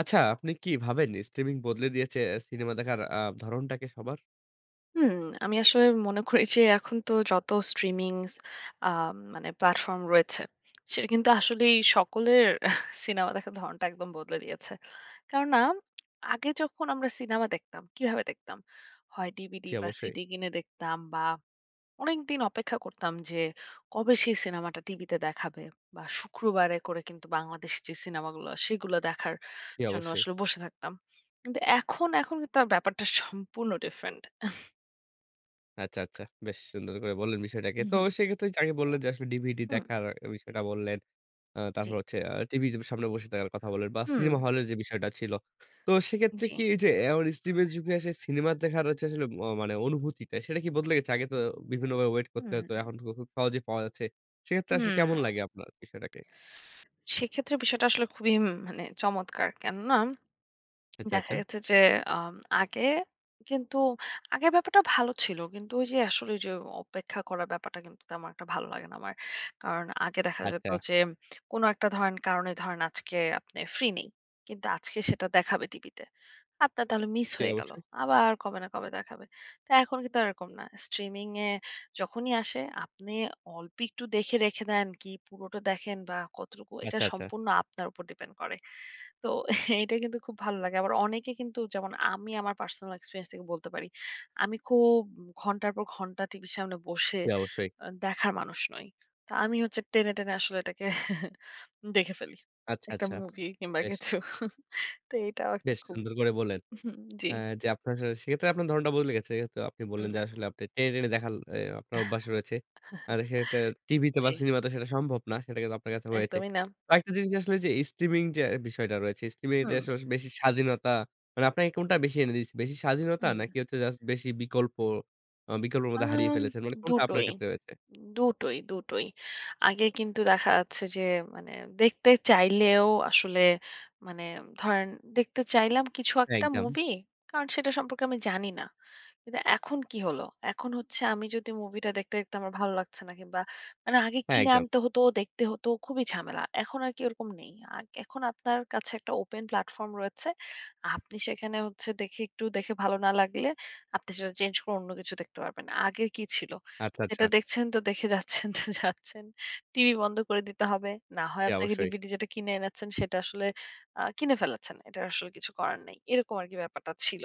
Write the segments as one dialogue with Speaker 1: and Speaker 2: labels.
Speaker 1: আচ্ছা, আপনি কি ভাবেন স্ট্রিমিং বদলে দিয়েছে সিনেমা দেখার ধরনটাকে সবার?
Speaker 2: হুম, আমি আসলে মনে করি যে এখন তো যত স্ট্রিমিং আ মানে প্ল্যাটফর্ম রয়েছে, সেটা কিন্তু আসলেই সকলের সিনেমা দেখার ধরণটা একদম বদলে দিয়েছে। কেননা আগে যখন আমরা সিনেমা দেখতাম, কিভাবে দেখতাম? হয়
Speaker 1: জি,
Speaker 2: ডিভিডি বা
Speaker 1: অবশ্যই,
Speaker 2: সিডি কিনে দেখতাম বা অনেকদিন অপেক্ষা করতাম যে কবে সেই সিনেমাটা টিভিতে দেখাবে বা শুক্রবারে করে কিন্তু বাংলাদেশী যে সিনেমাগুলো সেগুলো দেখার
Speaker 1: জি,
Speaker 2: জন্য
Speaker 1: অবশ্যই।
Speaker 2: আসলে বসে থাকতাম। কিন্তু এখন কিন্তু তার ব্যাপারটা সম্পূর্ণ ডিফারেন্ট।
Speaker 1: আচ্ছা, আচ্ছা। বেশ সুন্দর করে বললেন বিষয়টাকে। তো সেক্ষেত্রে যে আগে বললেন যে আসলে ডিভিডি
Speaker 2: হুম,
Speaker 1: দেখার বিষয়টা বললেন।
Speaker 2: জি।
Speaker 1: তারপর হচ্ছে টিভির সামনে বসে থাকার কথা বললেন বা
Speaker 2: হুম,
Speaker 1: সিনেমা হলের যে বিষয়টা ছিল। তো সেক্ষেত্রে
Speaker 2: জি।
Speaker 1: কি এই যে এখন স্ট্রিমের যুগে এসে সিনেমা দেখার হচ্ছে আসলে মানে অনুভূতিটা সেটা কি বদলে গেছে? আগে তো বিভিন্নভাবে ওয়েট করতে
Speaker 2: হুম,
Speaker 1: হতো। এখন খুব সহজেই পাওয়া যাচ্ছে। সেক্ষেত্রে আসলে
Speaker 2: হুম।
Speaker 1: কেমন লাগে আপনার বিষয়টাকে?
Speaker 2: সেক্ষেত্রে বিষয়টা আসলে খুবই মানে চমৎকার। কেননা
Speaker 1: আচ্ছা,
Speaker 2: দেখা
Speaker 1: আচ্ছা।
Speaker 2: গেছে যে আম আগে কিন্তু আগে ব্যাপারটা ভালো ছিল। কিন্তু ওই যে আসলে যে অপেক্ষা করার ব্যাপারটা কিন্তু তেমন একটা ভালো লাগে না আমার। কারণ আগে দেখা যেত
Speaker 1: আচ্ছা।
Speaker 2: যে কোনো একটা ধরেন কারণে ধরেন আজকে আপনি ফ্রি নেই। কিন্তু আজকে সেটা দেখাবে টিভিতে। আপনার তাহলে মিস
Speaker 1: জি,
Speaker 2: হয়ে গেল।
Speaker 1: অবশ্যই।
Speaker 2: আবার কবে না কবে দেখাবে। তো এখন কিন্তু আর এরকম না। স্ট্রিমিং এ যখনই আসে আপনি অল্প একটু দেখে রেখে দেন কি পুরোটা দেখেন বা কতটুকু এটা
Speaker 1: আচ্ছা, আচ্ছা।
Speaker 2: সম্পূর্ণ আপনার উপর ডিপেন্ড করে। তো এটা কিন্তু খুব ভালো লাগে। আবার অনেকে কিন্তু যেমন আমি আমার পার্সোনাল এক্সপেরিয়েন্স থেকে বলতে পারি। আমি খুব ঘন্টার পর ঘন্টা টিভির সামনে বসে
Speaker 1: জি, অবশ্যই।
Speaker 2: দেখার মানুষ নই। তো আমি হচ্ছে টেনে, টেনে আসলে এটাকে দেখে ফেলি।
Speaker 1: আচ্ছা,
Speaker 2: একটা
Speaker 1: আচ্ছা।
Speaker 2: মুভি কিংবা
Speaker 1: বেশ,
Speaker 2: কিছু। তো এটাও একটা
Speaker 1: বেশ
Speaker 2: খুব
Speaker 1: সুন্দর করে বললেন।
Speaker 2: জি,
Speaker 1: অ্যা যে আপনার সেক্ষেত্রে আপনার ধারণাটা বদলে গেছে। যেহেতু আপনি বললেন
Speaker 2: হুম।
Speaker 1: যে আসলে আপনি টেনে, টেনে দেখার আপনার অভ্যাস রয়েছে। আর সেক্ষেত্রে টিভিতে বা
Speaker 2: জি,
Speaker 1: সিনেমাতে সেটা সম্ভব না। সেটা কিন্তু আপনার কাছে হয়েছে।
Speaker 2: একদমই না।
Speaker 1: আরেকটা জিনিস আসলে যে স্ট্রিমিং যে বিষয়টা রয়েছে, স্ট্রিমিং এ যে
Speaker 2: হুম,
Speaker 1: আসলে বেশি স্বাধীনতা মানে আপনাকে কোনটা বেশি এনে দিয়েছে? বেশি স্বাধীনতা
Speaker 2: হুম।
Speaker 1: নাকি হচ্ছে জাস্ট বেশি বিকল্প বিকল্পের মধ্যে হারিয়ে
Speaker 2: আম
Speaker 1: ফেলেছেন? মানে কোনটা আপনার
Speaker 2: দুটোই,
Speaker 1: ক্ষেত্রে হয়েছে?
Speaker 2: দুটোই, দুটোই। আগে কিন্তু দেখা যাচ্ছে যে মানে দেখতে চাইলেও আসলে মানে ধরেন দেখতে চাইলাম কিছু
Speaker 1: হ্যাঁ,
Speaker 2: একটা
Speaker 1: একদম।
Speaker 2: মুভি, কারণ সেটা সম্পর্কে আমি জানি না। কিন্তু এখন কি হলো? এখন হচ্ছে আমি যদি মুভিটা দেখতে, দেখতে আমার ভালো লাগছে না কিংবা মানে আগে
Speaker 1: হ্যাঁ,
Speaker 2: কিনে
Speaker 1: একদম।
Speaker 2: আনতে হতো, দেখতে হতো, খুবই ঝামেলা। এখন আর কি ওরকম নেই। এখন আপনার কাছে একটা ওপেন প্ল্যাটফর্ম রয়েছে। আপনি সেখানে হচ্ছে দেখে একটু দেখে ভালো না লাগলে আপনি সেটা চেঞ্জ করে অন্য কিছু দেখতে পারবেন। আগে কি ছিল?
Speaker 1: আচ্ছা, আচ্ছা।
Speaker 2: সেটা দেখছেন তো দেখে যাচ্ছেন তো যাচ্ছেন। টিভি বন্ধ করে দিতে হবে। না হয়
Speaker 1: জি,
Speaker 2: আপনাকে
Speaker 1: অবশ্যই।
Speaker 2: ডিভিডি যেটা কিনে এনেছেন সেটা আসলে কিনে ফেলেছেন। এটা আসলে কিছু করার নাই। এরকম আরকি ব্যাপারটা ছিল।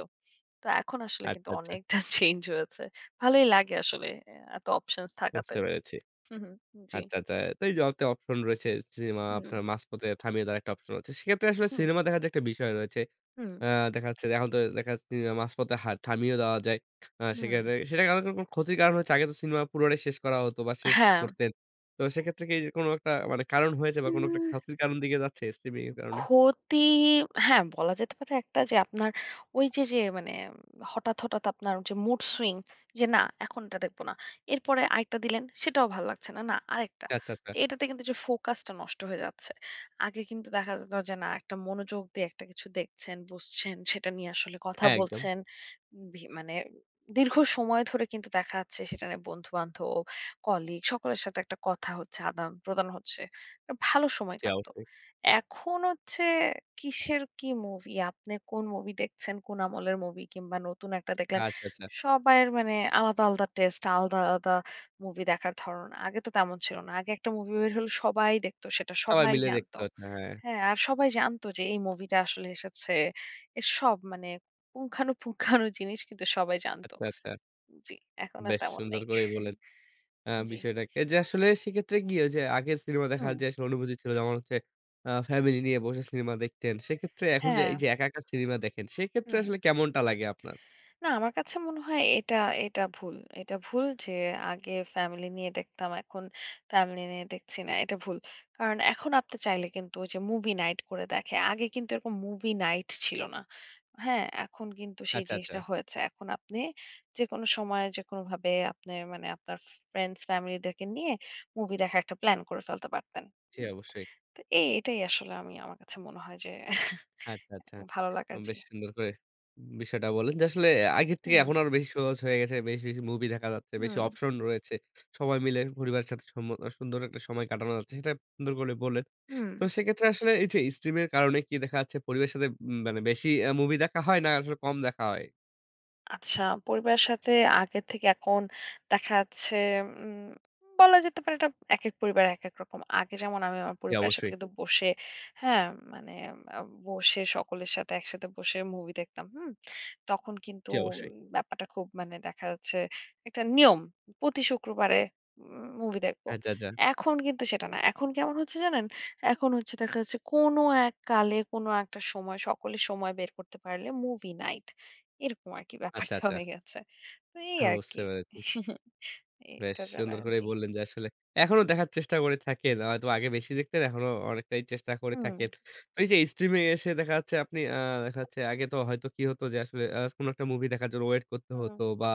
Speaker 2: তো এখন আসলে কিন্তু
Speaker 1: আচ্ছা, আচ্ছা।
Speaker 2: অনেকটা চেঞ্জ হয়েছে। ভালোই লাগে আসলে এত অপশনস থাকাতে।
Speaker 1: বুঝতে পেরেছি।
Speaker 2: হু, হু। জি।
Speaker 1: আচ্ছা, আচ্ছা। তো এই যে একটা অপশন রয়েছে সিনেমা
Speaker 2: হুম,
Speaker 1: আপনার মাঝপথে থামিয়ে দেওয়ার একটা অপশন রয়েছে। সেক্ষেত্রে আসলে
Speaker 2: হুম,
Speaker 1: সিনেমা দেখার যে একটা বিষয় রয়েছে,
Speaker 2: হুম,
Speaker 1: আ দেখা যাচ্ছে যে এখন তো দেখা যাচ্ছে সিনেমা মাঝপথে থামিয়ে দেওয়া যায়।
Speaker 2: হুম।
Speaker 1: সেক্ষেত্রে সেটা কারণ কোনো ক্ষতির কারণ হচ্ছে আগে তো সিনেমা পুরোটাই শেষ করা হতো বা শেষ
Speaker 2: হ্যাঁ।
Speaker 1: করতেন। তো সেক্ষেত্রে কি যে কোনো একটা মানে কারণ হয়েছে বা কোনো একটা
Speaker 2: উম
Speaker 1: ক্ষতির কারণ দিকে যাচ্ছে স্ট্রিমিং এর কারণে?
Speaker 2: ক্ষতি হ্যাঁ, বলা যেতে পারে একটা যে আপনার ওই যে, যে মানে হঠাৎ, হঠাৎ আপনার যে মুড সুইং যে না এখন এটা দেখব না। এরপরে আরেকটা দিলেন সেটাও ভাল লাগছে না, না আরেকটা।
Speaker 1: আচ্ছা, আচ্ছা।
Speaker 2: এটাতে কিন্তু যে ফোকাসটা নষ্ট হয়ে যাচ্ছে। আগে কিন্তু দেখা যেত যে না একটা মনোযোগ দিয়ে একটা কিছু দেখছেন, বুঝছেন, সেটা নিয়ে আসলে কথা
Speaker 1: হ্যাঁ, একদম।
Speaker 2: বলছেন। মানে দীর্ঘ সময় ধরে কিন্তু দেখা যাচ্ছে সেটা নিয়ে বন্ধু-বান্ধব, কলিগ সকলের সাথে একটা কথা হচ্ছে, আদান-প্রদান হচ্ছে। একটা ভালো সময়
Speaker 1: জি,
Speaker 2: কাটত।
Speaker 1: অবশ্যই।
Speaker 2: এখন হচ্ছে কিসের কি মুভি? আপনি কোন মুভি দেখছেন? কোন আমলের মুভি কিংবা নতুন একটা দেখলেন?
Speaker 1: আচ্ছা, আচ্ছা।
Speaker 2: সবাইয়ের মানে আলাদা, আলাদা টেস্ট, আলাদা, আলাদা মুভি দেখার ধরন। আগে তো তেমন ছিল না। আগে একটা মুভি বের হলে সবাই দেখতো সেটা,
Speaker 1: সবাই
Speaker 2: সবাই
Speaker 1: মিলে দেখতে
Speaker 2: জানতো।
Speaker 1: হচ্ছে। হ্যাঁ।
Speaker 2: হ্যাঁ, আর সবাই জানতো যে এই মুভিটা আসলে এসেছে। এর সব মানে পুঙ্খানুপুঙ্খানু জিনিস কিন্তু সবাই জানতো।
Speaker 1: আচ্ছা, আচ্ছা।
Speaker 2: জি, এখন আর
Speaker 1: বেশ
Speaker 2: তেমন
Speaker 1: সুন্দর
Speaker 2: নেই।
Speaker 1: করেই বললেন।
Speaker 2: জি।
Speaker 1: বিষয়টাকে যে আসলে সেক্ষেত্রে কি ওই যে আগে সিনেমা দেখার
Speaker 2: হুম।
Speaker 1: যে আসলে অনুভূতি ছিল যেমন হচ্ছে ফ্যামিলি নিয়ে বসে সিনেমা দেখতেন। সেক্ষেত্রে এখন যে
Speaker 2: হ্যাঁ।
Speaker 1: এই যে একা, একা সিনেমা দেখেন সেক্ষেত্রে
Speaker 2: হুম।
Speaker 1: আসলে কেমনটা লাগে আপনার?
Speaker 2: না, আমার কাছে মনে হয় এটা, এটা ভুল। এটা ভুল যে আগে ফ্যামিলি নিয়ে দেখতাম, এখন ফ্যামিলি নিয়ে দেখছি না। এটা ভুল। কারণ এখন আপনি চাইলে কিন্তু ওই যে মুভি নাইট করে দেখে। আগে কিন্তু এরকম মুভি নাইট ছিল না। হ্যাঁ? এখন কিন্তু সেই
Speaker 1: আচ্ছা, আচ্ছা।
Speaker 2: জিনিসটা হয়েছে। এখন আপনি যেকোনো সময় যেকোনোভাবে আপনি মানে আপনার ফ্রেন্ডস, ফ্যামিলিদেরকে নিয়ে মুভি দেখার একটা প্ল্যান করে ফেলতে পারতেন।
Speaker 1: জি
Speaker 2: হুম?
Speaker 1: অবশ্যই।
Speaker 2: তো এই এটাই আসলে আমি আমার কাছে মনে হয় যে
Speaker 1: আচ্ছা, আচ্ছা।
Speaker 2: ভালো লাগার জি।
Speaker 1: বেশ সুন্দর করে বিষয়টা বললেন যে আসলে আগের থেকে
Speaker 2: হুম,
Speaker 1: এখন আরো বেশি সহজ হয়ে গেছে। বেশি, বেশি মুভি দেখা যাচ্ছে, বেশি
Speaker 2: হুম,
Speaker 1: অপশন রয়েছে। সবাই মিলে পরিবারের সাথে সুন্দর একটা সময় কাটানো যাচ্ছে। সেটা সুন্দর করে বললেন।
Speaker 2: হুম।
Speaker 1: তো সেক্ষেত্রে আসলে এই যে স্ট্রিমের কারণে কি দেখা যাচ্ছে পরিবারের সাথে মানে বেশি মুভি দেখা হয় না আসলে কম দেখা হয়?
Speaker 2: আচ্ছা, পরিবারের সাথে আগের থেকে এখন দেখা যাচ্ছে উম বলা যেতে পারে এটা একেক পরিবার একেক রকম। আগে যেমন আমি আমার
Speaker 1: জি
Speaker 2: পরিবারের সাথে
Speaker 1: অবশ্যই,
Speaker 2: কিন্তু বসে হ্যাঁ, মানে আ বসে সকলের সাথে একসাথে বসে মুভি দেখতাম। হুম? তখন কিন্তু
Speaker 1: জি
Speaker 2: উম,
Speaker 1: অবশ্যই।
Speaker 2: ব্যাপারটা খুব মানে দেখা যাচ্ছে একটা নিয়ম। প্রতি শুক্রবারে মুভি দেখব।
Speaker 1: আচ্ছা, আচ্ছা।
Speaker 2: এখন কিন্তু সেটা না। এখন কেমন হচ্ছে জানেন? এখন হচ্ছে দেখা যাচ্ছে কোনো এক কালে কোনো একটা সময় সকলে সময় বের করতে পারলে মুভি নাইট। এরকম আরকি
Speaker 1: আচ্ছা,
Speaker 2: ব্যাপারটা
Speaker 1: আচ্ছা।
Speaker 2: হয়ে গেছে। তো এই
Speaker 1: হ্যাঁ, বুঝতে
Speaker 2: আরকি।
Speaker 1: পেরেছি। বেশ
Speaker 2: এইটার জন্য
Speaker 1: সুন্দর করেই
Speaker 2: জি।
Speaker 1: বললেন যে আসলে এখনো দেখার চেষ্টা করে থাকেন। হয়তো আগে বেশি দেখতেন, এখনো অনেকটাই চেষ্টা করে
Speaker 2: হুম,
Speaker 1: থাকেন। তো এই যে স্ট্রিমিং এসে দেখা যাচ্ছে আপনি দেখা যাচ্ছে আগে তো হয়তো কি হতো যে আসলে কোনো একটা মুভি দেখার জন্য ওয়েট করতে
Speaker 2: হুম,
Speaker 1: হতো বা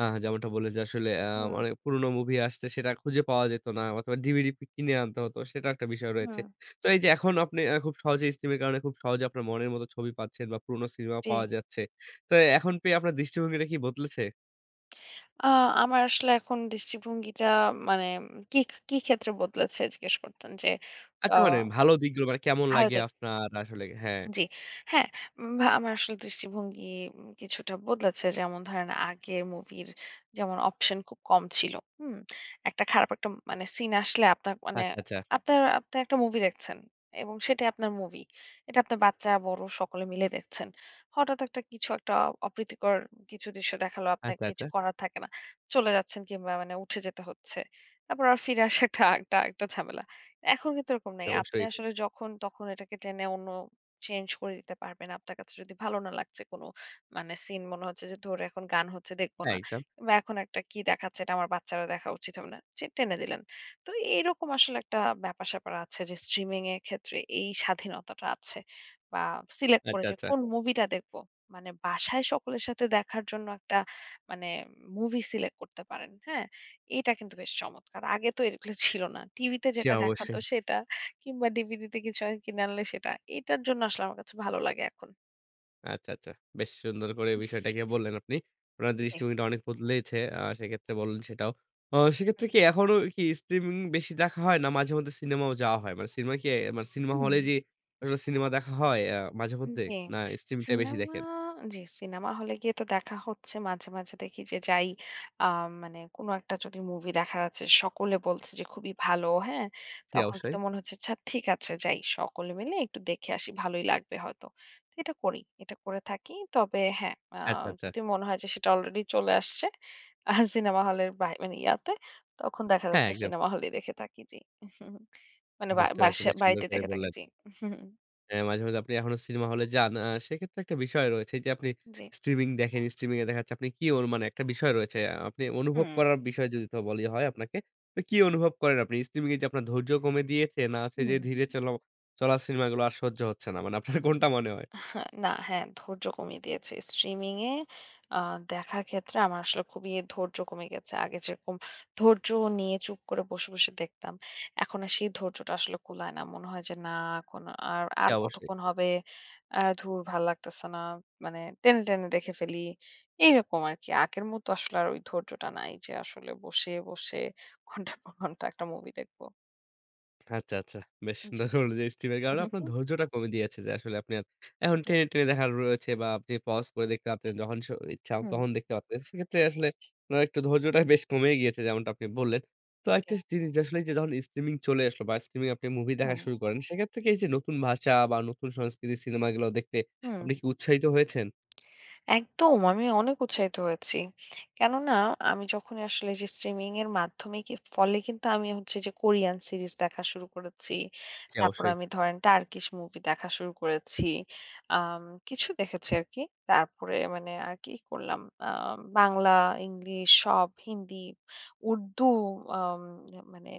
Speaker 1: যেমনটা বললেন যে আসলে
Speaker 2: হুম,
Speaker 1: অনেক পুরনো মুভি আসছে সেটা খুঁজে পাওয়া যেত না অথবা ডিভিডি কিনে আনতে হতো। সেটাও একটা বিষয় রয়েছে।
Speaker 2: হুম,
Speaker 1: তো এই যে এখন আপনি খুব সহজে স্ট্রিমের কারণে খুব সহজে আপনার মনের মতো ছবি পাচ্ছেন বা পুরনো সিনেমা
Speaker 2: জি।
Speaker 1: পাওয়া যাচ্ছে। তো এখন পেয়ে আপনার দৃষ্টিভঙ্গিটা কি বদলেছে?
Speaker 2: আ আমার আসলে এখন দৃষ্টিভঙ্গিটা মানে কি, কি ক্ষেত্রে বদলেছে জিজ্ঞেস করতেন যে আ
Speaker 1: আচ্ছা মানে ভালো দিকগুলো মানে কেমন লাগে
Speaker 2: ভারতে
Speaker 1: আপনার আসলে? হ্যাঁ।
Speaker 2: জি। হ্যাঁ, আমার আসলে দৃষ্টিভঙ্গি কিছুটা বদলেছে। যেমন ধরেন আগের মুভির যেমন অপশন খুব কম ছিল। হুম? একটা খারাপ একটা মানে সিন আসলে আপনার মানে
Speaker 1: আচ্ছা, আচ্ছা।
Speaker 2: আপনার আপনি একটা মুভি দেখছেন এবং সেটাই আপনার মুভি। এটা আপনার বাচ্চা, বড় সকলে মিলে দেখছেন। হঠাৎ একটা কিছু একটা অপ্রীতিকর কিছু দৃশ্য দেখালো, আপনার
Speaker 1: আচ্ছা, আচ্ছা।
Speaker 2: কিছু করার থাকে না। চলে যাচ্ছেন কিংবা মানে উঠে যেতে হচ্ছে। তারপর আর ফিরে আসাটা একটা একটা ঝামেলা। এখন কিন্তু এরকম
Speaker 1: জি
Speaker 2: নেই। আপনি
Speaker 1: অবশ্যই।
Speaker 2: আসলে যখন তখন এটাকে টেনে অন্য চেঞ্জ করে দিতে পারবেন। আপনার কাছে যদি ভালো না লাগছে কোনো মানে সিন মনে হচ্ছে যে ধরে এখন গান হচ্ছে দেখব
Speaker 1: হ্যাঁ,
Speaker 2: না।
Speaker 1: একদম।
Speaker 2: বা এখন একটা কি দেখাচ্ছে এটা আমার বাচ্চারও দেখা উচিত হবে না। টেনে দিলেন। তো এরকম আসলে একটা ব্যাপার-স্যাপার আছে যে স্ট্রিমিং এর ক্ষেত্রে এই স্বাধীনতাটা আছে। বা সিলেক্ট করে
Speaker 1: আচ্ছা,
Speaker 2: যে
Speaker 1: আচ্ছা।
Speaker 2: কোন মুভিটা দেখব। মানে বাসায় সকলের সাথে দেখার জন্য একটা মানে মুভি সিলেক্ট করতে পারেন। হ্যাঁ? এটা কিন্তু বেশ চমৎকার। আগে তো এগুলো ছিল না। টিভিতে
Speaker 1: জি
Speaker 2: যেটা দেখাতো
Speaker 1: অবশ্যই।
Speaker 2: সেটা। কিংবা ডিভিডিতে কিছু কিনে আনলে সেটা। এটার জন্য আসলে আমার কাছে ভালো লাগে এখন।
Speaker 1: আচ্ছা, আচ্ছা। বেশ সুন্দর করে বিষয়টাকে বললেন আপনি। আপনার
Speaker 2: জি।
Speaker 1: দৃষ্টিভঙ্গিটা অনেক বদলেছে। সেক্ষেত্রে বললেন সেটাও। সেক্ষেত্রে কি এখনো কি স্ট্রিমিং বেশি দেখা হয় না মাঝেমধ্যে সিনেমাও যাওয়া হয়? মানে সিনেমা কি মানে সিনেমা
Speaker 2: হুম।
Speaker 1: হলে যে আসলে সিনেমা দেখা হয় মাঝেমধ্যে?
Speaker 2: জি।
Speaker 1: না স্ট্রিমটাই বেশি
Speaker 2: সিনেমা
Speaker 1: দেখেন?
Speaker 2: জি, সিনেমা হলে গিয়ে তো দেখা হচ্ছে মাঝে, মাঝে দেখি যে যাই আ মানে কোনো একটা যদি মুভি দেখা যাচ্ছে সকলে বলছে যে খুবই ভালো, হ্যাঁ?
Speaker 1: জি
Speaker 2: তখন
Speaker 1: অবশ্যই।
Speaker 2: কিন্তু মনে হচ্ছে আচ্ছা ঠিক আছে যাই সকলে মিলে একটু দেখে আসি ভালোই লাগবে হয়তো। তো এটা করি। এটা করে থাকি। তবে হ্যাঁ,
Speaker 1: আচ্ছা, আচ্ছা।
Speaker 2: যদি মনে হয় যে সেটা অলরেডি চলে আসছে সিনেমা হলের বাহি মানে ইয়াতে তখন দেখা
Speaker 1: হ্যাঁ,
Speaker 2: যাচ্ছে
Speaker 1: একদম।
Speaker 2: সিনেমা হলেই দেখে থাকি জি। মানে বা
Speaker 1: বুঝতে পারছি।
Speaker 2: বাসা
Speaker 1: বেশ সুন্দর
Speaker 2: বাড়িতে
Speaker 1: করে
Speaker 2: দেখে থাকি
Speaker 1: বললেন।
Speaker 2: জি।
Speaker 1: হ্যাঁ, মাঝে, মাঝে আপনি এখনো সিনেমা হলে যান। সেক্ষেত্রে একটা বিষয় রয়েছে যে আপনি
Speaker 2: জি।
Speaker 1: স্ট্রিমিং দেখেন। স্ট্রিমিং এ দেখা যাচ্ছে আপনি কি ওর মানে একটা বিষয় রয়েছে। আপনি অনুভব
Speaker 2: হুম।
Speaker 1: করার বিষয় যদি তো বলি হয় আপনাকে। তো কি অনুভব করেন আপনি? স্ট্রিমিং এ যে আপনার ধৈর্য কমে দিয়েছে না হচ্ছে যে
Speaker 2: হুম।
Speaker 1: ধীরে চলা চলা সিনেমাগুলো আর সহ্য হচ্ছে না। মানে আপনার কোনটা মনে হয়?
Speaker 2: না, না, হ্যাঁ, ধৈর্য কমিয়ে দিয়েছে। স্ট্রিমিং এ আ দেখার ক্ষেত্রে আমার আসলে খুবই ধৈর্য কমে গেছে। আগে যেরকম ধৈর্য নিয়ে চুপ করে বসে, বসে দেখতাম। এখন আর সেই ধৈর্যটা আসলে কুলায় না। মনে হয় যে না এখন আর
Speaker 1: সে
Speaker 2: আর
Speaker 1: অবশ্যই
Speaker 2: কতক্ষণ হবে? ধুর ভাল লাগতেছে না। মানে টেনে, টেনে দেখে ফেলি। এইরকম আরকি। আগের মতো আসলে আর ওই ধৈর্যটা নাই যে আসলে বসে, বসে ঘন্টার পর ঘন্টা একটা মুভি দেখব।
Speaker 1: আচ্ছা, আচ্ছা। বেশ সুন্দর
Speaker 2: জি।
Speaker 1: বললেন যে স্ট্রিমের কারণে
Speaker 2: হুম,
Speaker 1: আপনার
Speaker 2: হুম।
Speaker 1: ধৈর্যটা কমে দিয়েছে যে আসলে আপনি আর এখন
Speaker 2: জি।
Speaker 1: টেনে, টেনে দেখার রয়েছে বা আপনি পজ করে দেখতে পারতেন যখন ইচ্ছা
Speaker 2: হুম,
Speaker 1: তখন দেখতে পারতেন। সেক্ষেত্রে আসলে আপনার একটু ধৈর্যটা বেশ কমে গিয়েছে যেমনটা আপনি বললেন। তো
Speaker 2: জি।
Speaker 1: একটা জিনিস যে আসলে এই যে যখন স্ট্রিমিং চলে আসলো বা স্ট্রিমিং আপনি মুভি দেখা
Speaker 2: হুম,
Speaker 1: শুরু করেন, সেক্ষেত্রে কি এই যে নতুন ভাষা বা নতুন সংস্কৃতির সিনেমাগুলো দেখতে
Speaker 2: হুম।
Speaker 1: আপনি কি উৎসাহিত হয়েছেন?
Speaker 2: একদম। আমি অনেক উৎসাহিত হয়েছি। কেননা আমি যখনই আসলে যে স্ট্রিমিং এর মাধ্যমে কি ফলে কিন্তু আমি হচ্ছে যে কোরিয়ান সিরিজ দেখা শুরু করেছি।
Speaker 1: জি,
Speaker 2: তারপর
Speaker 1: অবশ্যই।
Speaker 2: আমি ধরেন টার্কিশ মুভি দেখা শুরু করেছি। আম কিছু দেখেছি আরকি। তারপরে মানে আর কি করলাম? আ বাংলা, ইংলিশ সব হিন্দি, উর্দু আম মানে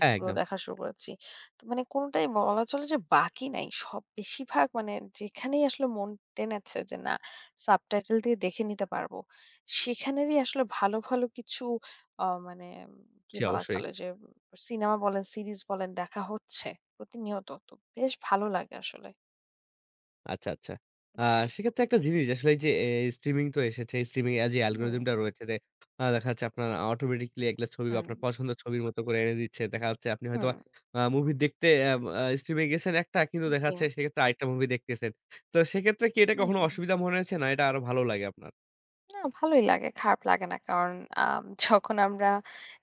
Speaker 1: হ্যাঁ, একদম।
Speaker 2: দেখা শুরু করেছি। তো মানে কোনটাই বলা চলে যে বাকি নাই। সব বেশিরভাগ মানে যেখানেই আসলে মন টেনেছে যে না সাবটাইটেল দিয়ে দেখে নিতে পারবো। সেখানেরই আসলে ভালো, ভালো কিছু মানে উম, কি
Speaker 1: জি,
Speaker 2: বলা
Speaker 1: অবশ্যই।
Speaker 2: চলে যে সিনেমা বলেন, সিরিজ বলেন দেখা হচ্ছে প্রতিনিয়ত। তো বেশ ভালো লাগে আসলে।
Speaker 1: আচ্ছা, আচ্ছা। আ
Speaker 2: জি।
Speaker 1: সেক্ষেত্রে একটা জিনিস আসলে এই যে স্ট্রিমিং তো এসেছে। স্ট্রিমিং এ যে
Speaker 2: হুম,
Speaker 1: অ্যালগরিদমটা রয়েছে যে দেখা যাচ্ছে আপনার অটোমেটিক্যালি এগুলা ছবি
Speaker 2: হুম,
Speaker 1: আপনার পছন্দের ছবির মতো করে এনে দিচ্ছে। দেখা যাচ্ছে আপনি
Speaker 2: হুম,
Speaker 1: হয়তোবা মুভি দেখতে আম আ স্ট্রিমিং এ গেছেন একটা কিন্তু দেখা
Speaker 2: জি,
Speaker 1: যাচ্ছে সেক্ষেত্রে আরেকটা মুভি দেখতেছেন। তো সেক্ষেত্রে কি এটা কখনো
Speaker 2: হুম।
Speaker 1: অসুবিধা মনে হয়েছে? না এটা আরো ভালো লাগে আপনার?
Speaker 2: না ভালোই লাগে। খারাপ লাগে না। কারণ যখন আমরা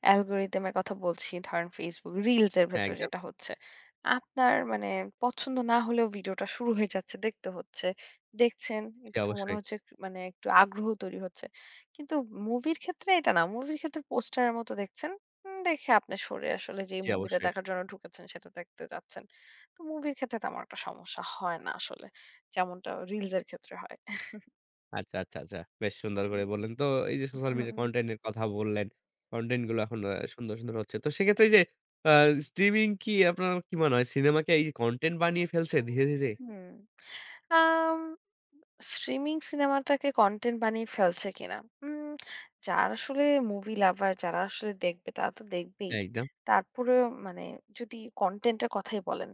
Speaker 2: অ্যালগরিদম এর কথা বলছি, ধরেন Facebook রিলস এর
Speaker 1: হ্যাঁ,
Speaker 2: ভেতর
Speaker 1: একদম।
Speaker 2: যেটা হচ্ছে। আপনার মানে পছন্দ না হলেও ভিডিওটা শুরু হয়ে যাচ্ছে, দেখতে হচ্ছে। দেখছেন,
Speaker 1: জি,
Speaker 2: একটু মনে
Speaker 1: অবশ্যই।
Speaker 2: হচ্ছে একটু- মানে একটু আগ্রহ তৈরি হচ্ছে। কিন্তু মুভির ক্ষেত্রে এটা না। মুভির ক্ষেত্রে পোস্টারের মতো দেখছেন। দেখে আপনি সরে আসলে যেই
Speaker 1: জি,
Speaker 2: মুভিটা
Speaker 1: অবশ্যই।
Speaker 2: দেখার জন্য ঢুকেছেন সেটা দেখতে যাচ্ছেন। তো মুভির ক্ষেত্রে তেমন একটা সমস্যা হয় না আসলে। যেমনটা রিলস এর ক্ষেত্রে হয়।
Speaker 1: আচ্ছা, আচ্ছা, আচ্ছা। বেশ সুন্দর করে
Speaker 2: জি।
Speaker 1: বললেন। তো এই যে
Speaker 2: হুম।
Speaker 1: সোশ্যাল
Speaker 2: হুম,
Speaker 1: মিডিয়া
Speaker 2: হুম।
Speaker 1: কনটেন্ট এর কথা বললেন, কনটেন্ট গুলো এখন সুন্দর, সুন্দর হচ্ছে। তো সেক্ষেত্রে এই যে আ স্ট্রিমিং কি আপনার কি মনে হয়? সিনেমাকে এই যে কনটেন্ট বানিয়ে ফেলছে ধীরে, ধীরে?
Speaker 2: হুম। আম স্ট্রিমিং সিনেমাটাকে কনটেন্ট বানিয়ে ফেলছে কিনা? উম যারা আসলে মুভি লাভার যারা আসলে দেখবে তারা তো দেখবেই।
Speaker 1: হ্যাঁ, একদম।
Speaker 2: তারপরেও মানে যদি কনটেন্ট এর কথাই বলেন,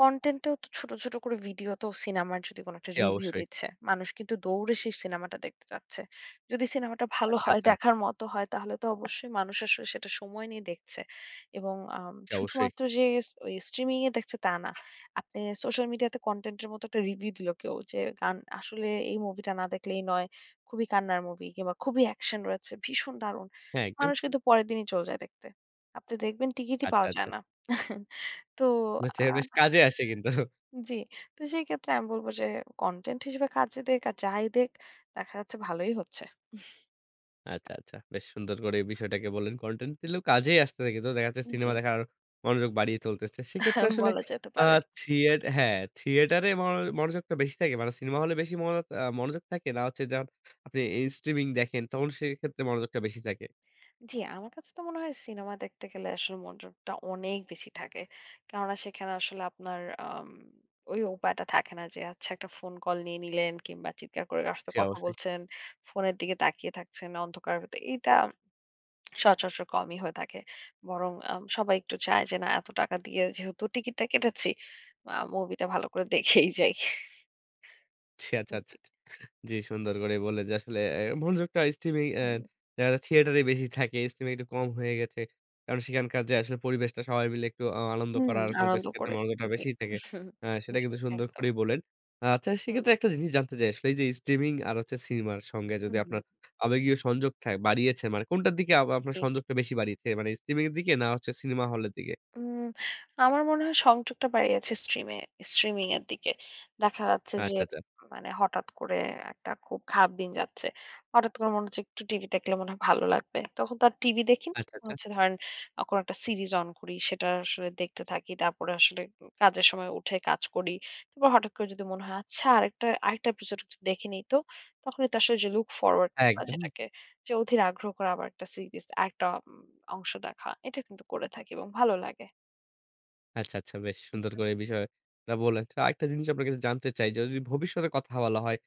Speaker 2: কনটেন্টেও তো ছোট, ছোট করে ভিডিও তো সিনেমার যদি কোনো একটা
Speaker 1: জি,
Speaker 2: রিভিউ
Speaker 1: অবশ্যই।
Speaker 2: দিচ্ছে, মানুষ কিন্তু দৌড়ে সেই সিনেমাটা দেখতে চাচ্ছে। যদি সিনেমাটা ভালো
Speaker 1: আচ্ছা,
Speaker 2: হয়,
Speaker 1: আচ্ছা।
Speaker 2: দেখার মতো হয় তাহলে তো অবশ্যই মানুষ আসলে সেটা সময় নিয়ে দেখছে। এবং
Speaker 1: জি, অবশ্যই।
Speaker 2: শুধুমাত্র যে ওই স্ট্রিমিং এ দেখছে তা না। আপনি সোশ্যাল মিডিয়াতে কনটেন্টের মতো একটা রিভিউ দিল কেউ যে গান আসলে এই মুভিটা না দেখলেই নয়। খুবই কান্নার মুভি কিংবা খুবই অ্যাকশন রয়েছে। ভীষণ দারুণ।
Speaker 1: হ্যাঁ, একদম।
Speaker 2: মানুষ কিন্তু পরের দিনই চলে যায় দেখতে। আপনি দেখবেন টিকিটই
Speaker 1: আচ্ছা,
Speaker 2: পাওয়া যায়
Speaker 1: আচ্ছা।
Speaker 2: না। তো
Speaker 1: বুঝতে
Speaker 2: আ
Speaker 1: পেরেছি। বেশ কাজে আসে কিন্তু।
Speaker 2: জি। তো সেই ক্ষেত্রে আমি বলব যে কনটেন্ট হিসেবে কাজে দেখ আর যাই দেখ দেখা যাচ্ছে ভালোই হচ্ছে।
Speaker 1: আচ্ছা, আচ্ছা। বেশ সুন্দর করে এই বিষয়টাকে বললেন। কনটেন্ট দিলেও কাজেই আসতেছে কিন্তু দেখা যাচ্ছে
Speaker 2: জি
Speaker 1: সিনেমা দেখার মনোযোগ বাড়িয়ে চলতেছে। সেক্ষেত্রে আসলে
Speaker 2: বলা যেতে
Speaker 1: আ
Speaker 2: পারে।
Speaker 1: হ্যাঁ, থিয়েটারে মনোযোগটা বেশি থাকে। মানে সিনেমা হলে বেশি মনোযোগ থাকে না হচ্ছে যখন আপনি এই স্ট্রিমিং দেখেন তখন সেক্ষেত্রে মনোযোগটা বেশি থাকে।
Speaker 2: জি, আমার কাছে তো মনে হয় সিনেমা দেখতে গেলে আসলে মনোযোগটা অনেক বেশি থাকে। কেননা সেখানে আসলে আপনার ওই উপায়টা থাকে না যে আচ্ছা একটা ফোন কল নিয়ে নিলেন কিংবা চিৎকার করে কারো সাথে
Speaker 1: জি,
Speaker 2: কথা
Speaker 1: অবশ্যই।
Speaker 2: বলছেন, ফোনের দিকে তাকিয়ে থাকছেন অন্ধকার ভেতর। এইটা সচরাচর কমই হয়ে থাকে। বরং সবাই একটু চায় যে না এত টাকা দিয়ে যেহেতু টিকিটটা কেটেছি, মুভিটা ভালো করে দেখেই যাই।
Speaker 1: জি, আচ্ছা, আচ্ছা।
Speaker 2: জি।
Speaker 1: জি, সুন্দর করে বললেন যে আসলে মনোযোগটা স্ট্রিমিং এ
Speaker 2: হুম,
Speaker 1: দেখা যায় থিয়েটারে বেশি থাকে। স্ট্রিমিং একটু কম হয়ে গেছে। কারণ সেখানকার যে আসলে পরিবেশটা সবাই মিলে একটু আনন্দ
Speaker 2: হুম,
Speaker 1: করার মতো
Speaker 2: আনন্দ
Speaker 1: সেক্ষেত্রে
Speaker 2: করে।
Speaker 1: মনোযোগটা
Speaker 2: জি।
Speaker 1: বেশি থাকে।
Speaker 2: হুম,
Speaker 1: সেটা
Speaker 2: জি,
Speaker 1: কিন্তু সুন্দর
Speaker 2: একদম।
Speaker 1: করেই বললেন। আচ্ছা
Speaker 2: হুম,
Speaker 1: সেক্ষেত্রে একটা জিনিস জানতে চাই আসলে এই যে স্ট্রিমিং আর হচ্ছে সিনেমার সঙ্গে যদি
Speaker 2: হুম,
Speaker 1: আপনার আবেগীয় সংযোগ বাড়িয়েছে মানে কোনটার দিকে আপনার
Speaker 2: জি।
Speaker 1: সংযোগটা বেশি বাড়িয়েছে? মানে স্ট্রিমিং এর দিকে না হচ্ছে সিনেমা হলের দিকে?
Speaker 2: উম আমার মনে হয় সংযোগটা বাড়িয়েছে স্ট্রিমে স্ট্রিমিং এর দিকে। দেখা যাচ্ছে যে
Speaker 1: আচ্ছা, আচ্ছা।
Speaker 2: মানে হঠাৎ করে একটা খুব খারাপ দিন যাচ্ছে। হঠাৎ করে মনে হচ্ছে একটু টিভি দেখলে মনে হয় ভালো লাগবে। তখন তো আর টিভি দেখি না।
Speaker 1: আচ্ছা,
Speaker 2: মনে
Speaker 1: আচ্ছা।
Speaker 2: হচ্ছে ধরেন কোনো একটা সিরিজ অন করি। সেটা আসলে দেখতে থাকি। তারপরে আসলে কাজের সময় উঠে কাজ করি। তারপর হঠাৎ করে যদি মনে হয় আচ্ছা আরেকটা আরেকটা এপিসোড একটু দেখে নেই তো। তখনই তো আসলে যে লুক ফরওয়ার্ড
Speaker 1: হ্যাঁ,
Speaker 2: করা
Speaker 1: একদম।
Speaker 2: যেটাকে যে অধীর আগ্রহ করে আবার একটা সিরিজ আরেকটা অংশ দেখা। এটা কিন্তু করে থাকি এবং ভালো লাগে।
Speaker 1: আচ্ছা, আচ্ছা। বেশ সুন্দর করে এই বিষয়টা বললেন। তো আরেকটা জিনিস আপনার কাছে জানতে চাই যে যদি ভবিষ্যতের কথা বলা হয়,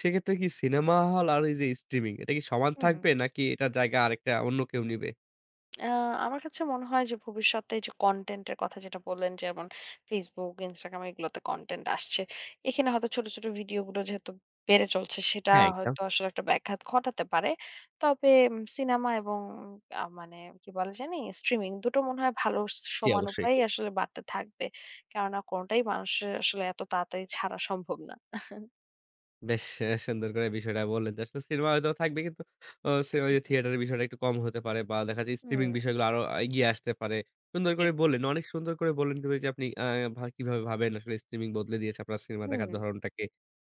Speaker 1: সেক্ষেত্রে কি সিনেমা হল আর এই যে স্ট্রিমিং এটা কি সমান
Speaker 2: হুম,
Speaker 1: থাকবে নাকি এটার জায়গা আরেকটা অন্য কেউ নিবে?
Speaker 2: আ আমার কাছে মনে হয় যে ভবিষ্যতে এই যে কনটেন্ট এর কথা যেটা বললেন, যেমন Facebook, Instagram এগুলোতে কনটেন্ট আসছে। এখানে হয়তো ছোট, ছোট ভিডিও গুলো যেহেতু বেড়ে চলছে সেটা
Speaker 1: হ্যাঁ, একদম।
Speaker 2: হয়তো আসলে একটা ব্যাঘাত ঘটাতে পারে। তবে সিনেমা এবং মানে কি বলে জানি স্ট্রিমিং দুটো মনে হয় ভালো
Speaker 1: জি,
Speaker 2: সমান
Speaker 1: অবশ্যই।
Speaker 2: উপায়ে আসলে বাড়তে থাকবে। কেননা কোনটাই মানুষের আসলে এত তাড়াতাড়ি ছাড়া সম্ভব না।
Speaker 1: বেশ সুন্দর করে বিষয়টা বললেন যে আসলে সিনেমা হয়তো থাকবে কিন্তু অ সে ওই যে থিয়েটারের বিষয়টা একটু কম হতে পারে বা দেখা যায় স্ট্রিমিং
Speaker 2: হুম,
Speaker 1: বিষয়গুলো আরো এগিয়ে আসতে পারে। সুন্দর
Speaker 2: জি,
Speaker 1: করে বললেন, অনেক সুন্দর করে বললেন কিন্তু এই যে আপনি আ ভা কিভাবে ভাবেন আসলে স্ট্রিমিং বদলে দিয়েছে আপনার সিনেমা
Speaker 2: হুম,
Speaker 1: দেখার ধরণটাকে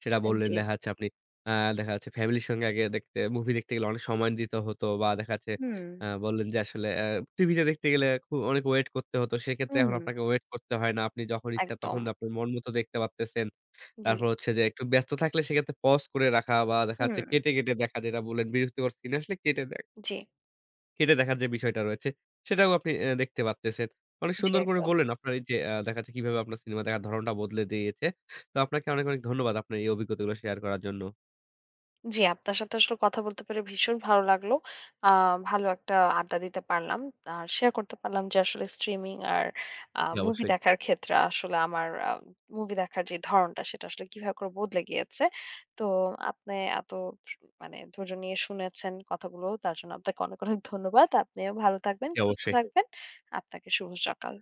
Speaker 1: সেটা বললেন।
Speaker 2: জি,
Speaker 1: দেখা যাচ্ছে আপনি আ দেখা যাচ্ছে ফ্যামিলির সঙ্গে আগে দেখতে মুভি দেখতে গেলে অনেক সময় দিতে হতো বা দেখা যাচ্ছে
Speaker 2: হুম,
Speaker 1: বললেন যে আসলে টিভিতে দেখতে গেলে অনেক ওয়েট করতে হতো। সেক্ষেত্রে
Speaker 2: হুম,
Speaker 1: এখন আপনাকে ওয়েট করতে হয় না। আপনি যখন ইচ্ছা তখন
Speaker 2: একদম,
Speaker 1: আপনার মন মতো দেখতে পারতেছেন।
Speaker 2: জি।
Speaker 1: তারপর হচ্ছে যে একটু ব্যস্ত থাকলে সেক্ষেত্রে পজ করে রাখা বা দেখা
Speaker 2: হুম,
Speaker 1: যাচ্ছে কেটে, কেটে দেখা যেটা বললেন বিরক্তিকর সিন আসলে
Speaker 2: জি,
Speaker 1: কেটে দেখার যে বিষয়টা রয়েছে সেটাও আপনি দেখতে পারতেছেন। অনেক
Speaker 2: জি,
Speaker 1: সুন্দর করে
Speaker 2: একদম।
Speaker 1: বললেন আপনার এই যে দেখা যাচ্ছে কিভাবে আপনার সিনেমা দেখার ধরণটা বদলে দিয়েছে। তো আপনাকে অনেক, অনেক ধন্যবাদ আপনার এই অভিজ্ঞতাগুলো শেয়ার করার জন্য।
Speaker 2: জি, আপনার সাথে আসলে কথা বলতে পেরে ভীষণ ভালো লাগলো। আ ভালো একটা আড্ডা দিতে পারলাম। আর শেয়ার করতে পারলাম যে আসলে স্ট্রিমিং আর
Speaker 1: জি,
Speaker 2: মুভি
Speaker 1: অবশ্যই।
Speaker 2: দেখার ক্ষেত্রে আসলে আমার মুভি দেখার যে ধরনটা সেটা আসলে কিভাবে করে বদলে গিয়েছে। তো আপনি এত সু মানে ধৈর্য নিয়ে শুনেছেন কথাগুলো তার জন্য আপনাকে অনেক, অনেক ধন্যবাদ। আপনিও ভালো থাকবেন,
Speaker 1: জি,
Speaker 2: সুস্থ
Speaker 1: অবশ্যই।
Speaker 2: থাকবেন। আপনাকে শুভ সকাল।